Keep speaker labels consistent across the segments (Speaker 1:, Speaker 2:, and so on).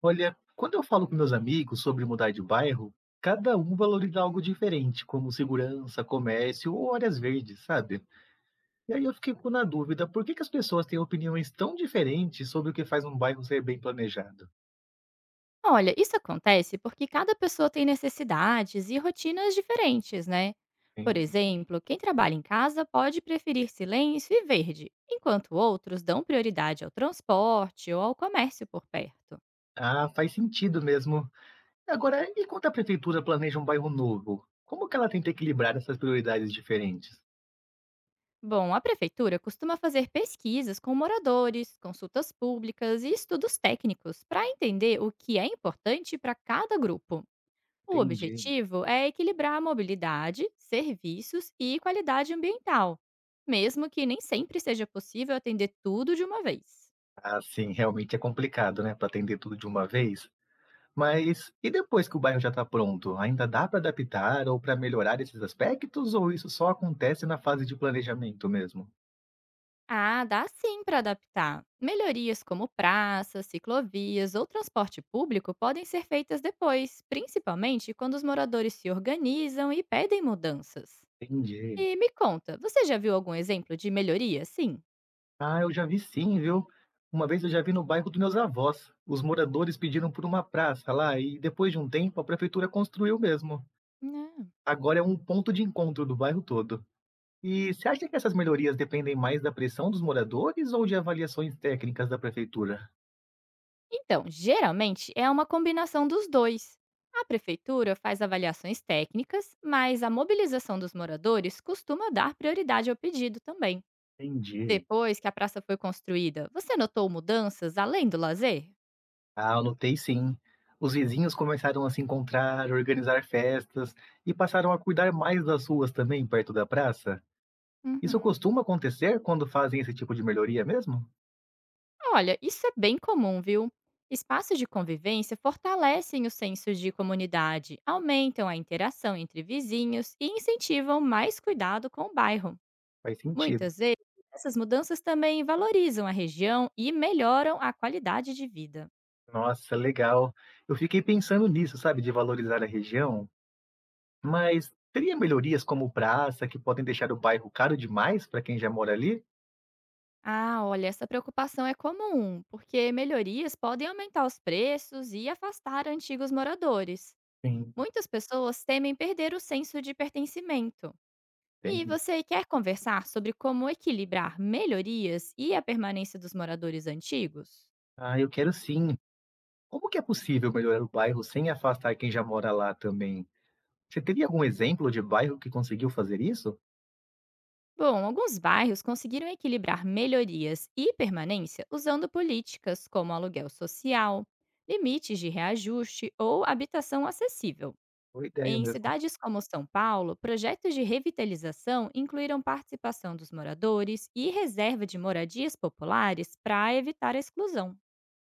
Speaker 1: Olha, quando eu falo com meus amigos sobre mudar de bairro, cada um valoriza algo diferente, como segurança, comércio ou áreas verdes, sabe? E aí eu fico na dúvida, por que que as pessoas têm opiniões tão diferentes sobre o que faz um bairro ser bem planejado?
Speaker 2: Olha, isso acontece porque cada pessoa tem necessidades e rotinas diferentes, né? Por
Speaker 1: Hein?
Speaker 2: exemplo, quem trabalha em casa pode preferir silêncio e verde, enquanto outros dão prioridade ao transporte ou ao comércio por perto.
Speaker 1: Ah, faz sentido mesmo. Agora, e quando a prefeitura planeja um bairro novo? Como que ela tenta equilibrar essas prioridades diferentes?
Speaker 2: Bom, a prefeitura costuma fazer pesquisas com moradores, consultas públicas e estudos técnicos para entender o que é importante para cada grupo. O
Speaker 1: Entendi.
Speaker 2: objetivo é equilibrar a mobilidade, serviços e qualidade ambiental, mesmo que nem sempre seja possível atender tudo de uma vez.
Speaker 1: Ah, sim, realmente é complicado, né, para atender tudo de uma vez. Mas e depois que o bairro já está pronto, ainda dá para adaptar ou para melhorar esses aspectos, ou isso só acontece na fase de planejamento mesmo?
Speaker 2: Ah, dá sim para adaptar. Melhorias como praças, ciclovias ou transporte público podem ser feitas depois, principalmente quando os moradores se organizam e pedem mudanças.
Speaker 1: Entendi.
Speaker 2: E me conta, você já viu algum exemplo de melhoria? Sim.
Speaker 1: Ah, eu já vi sim, viu? Uma vez eu já vi no bairro dos meus avós. Os moradores pediram por uma praça lá e depois de um tempo a prefeitura construiu mesmo. Agora é um ponto de encontro do bairro todo. E você acha que essas melhorias dependem mais da pressão dos moradores ou de avaliações técnicas da prefeitura?
Speaker 2: Então, geralmente é uma combinação dos dois. A prefeitura faz avaliações técnicas, mas a mobilização dos moradores costuma dar prioridade ao pedido também.
Speaker 1: Entendi.
Speaker 2: Depois que a praça foi construída, você notou mudanças além do lazer?
Speaker 1: Ah, eu notei sim. Os vizinhos começaram a se encontrar, organizar festas e passaram a cuidar mais das ruas também perto da praça. Isso
Speaker 2: Uhum.
Speaker 1: costuma acontecer quando fazem esse tipo de melhoria mesmo?
Speaker 2: Olha, isso é bem comum, viu? Espaços de convivência fortalecem o senso de comunidade, aumentam a interação entre vizinhos e incentivam mais cuidado com o bairro.
Speaker 1: Faz sentido.
Speaker 2: Muitas vezes, essas mudanças também valorizam a região e melhoram a qualidade de vida.
Speaker 1: Nossa, legal. Eu fiquei pensando nisso, sabe, de valorizar a região, mas teria melhorias como praça que podem deixar o bairro caro demais para quem já mora ali?
Speaker 2: Ah, olha, essa preocupação é comum, porque melhorias podem aumentar os preços e afastar antigos moradores.
Speaker 1: Sim,
Speaker 2: Muitas pessoas temem perder o senso de pertencimento. E
Speaker 1: entendo.
Speaker 2: você quer conversar sobre como equilibrar melhorias e a permanência dos moradores antigos?
Speaker 1: Ah, eu quero sim. Como que é possível melhorar o bairro sem afastar quem já mora lá também? Você teria algum exemplo de bairro que conseguiu fazer isso?
Speaker 2: Bom, alguns bairros conseguiram equilibrar melhorias e permanência usando políticas como aluguel social, limites de reajuste ou habitação acessível.
Speaker 1: Boa ideia
Speaker 2: Em
Speaker 1: mesmo.
Speaker 2: cidades como São Paulo, projetos de revitalização incluíram participação dos moradores e reserva de moradias populares para evitar a exclusão.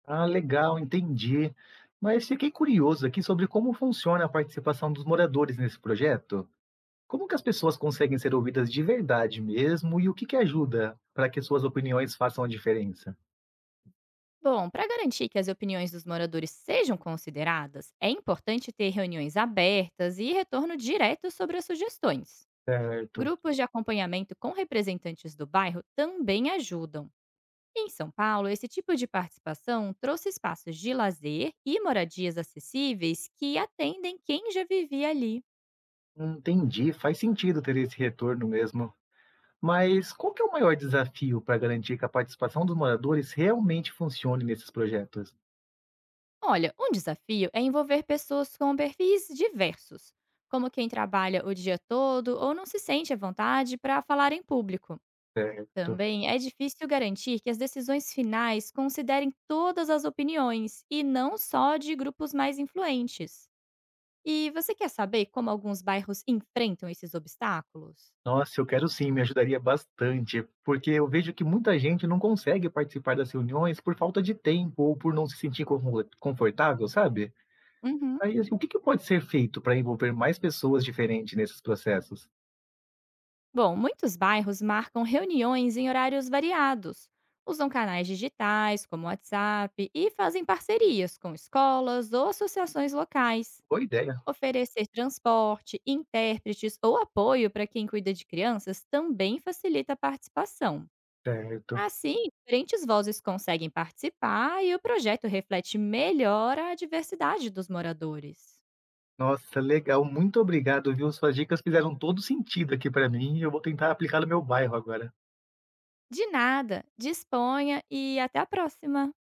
Speaker 1: Ah, legal, entendi. Mas fiquei curioso aqui sobre como funciona a participação dos moradores nesse projeto. Como que as pessoas conseguem ser ouvidas de verdade mesmo e o que que ajuda para que suas opiniões façam a diferença?
Speaker 2: Bom, para garantir que as opiniões dos moradores sejam consideradas, é importante ter reuniões abertas e retorno direto sobre as sugestões.
Speaker 1: Certo.
Speaker 2: Grupos de acompanhamento com representantes do bairro também ajudam. Em São Paulo, esse tipo de participação trouxe espaços de lazer e moradias acessíveis que atendem quem já vivia ali.
Speaker 1: Entendi, faz sentido ter esse retorno mesmo. Mas qual que é o maior desafio para garantir que a participação dos moradores realmente funcione nesses projetos?
Speaker 2: Olha, um desafio é envolver pessoas com perfis diversos, como quem trabalha o dia todo ou não se sente à vontade para falar em público.
Speaker 1: Certo.
Speaker 2: Também é difícil garantir que as decisões finais considerem todas as opiniões e não só de grupos mais influentes. E você quer saber como alguns bairros enfrentam esses obstáculos?
Speaker 1: Nossa, eu quero sim, me ajudaria bastante, porque eu vejo que muita gente não consegue participar das reuniões por falta de tempo ou por não se sentir confortável, sabe?
Speaker 2: Uhum.
Speaker 1: Aí, assim, o que que pode ser feito para envolver mais pessoas diferentes nesses processos?
Speaker 2: Bom, muitos bairros marcam reuniões em horários variados, usam canais digitais como WhatsApp e fazem parcerias com escolas ou associações locais.
Speaker 1: Boa ideia.
Speaker 2: Oferecer transporte, intérpretes ou apoio para quem cuida de crianças também facilita a participação.
Speaker 1: Certo.
Speaker 2: Assim, diferentes vozes conseguem participar e o projeto reflete melhor a diversidade dos moradores.
Speaker 1: Nossa, legal. Muito obrigado, viu? Suas dicas fizeram todo sentido aqui para mim e eu vou tentar aplicar no meu bairro agora.
Speaker 2: De nada, disponha e até a próxima.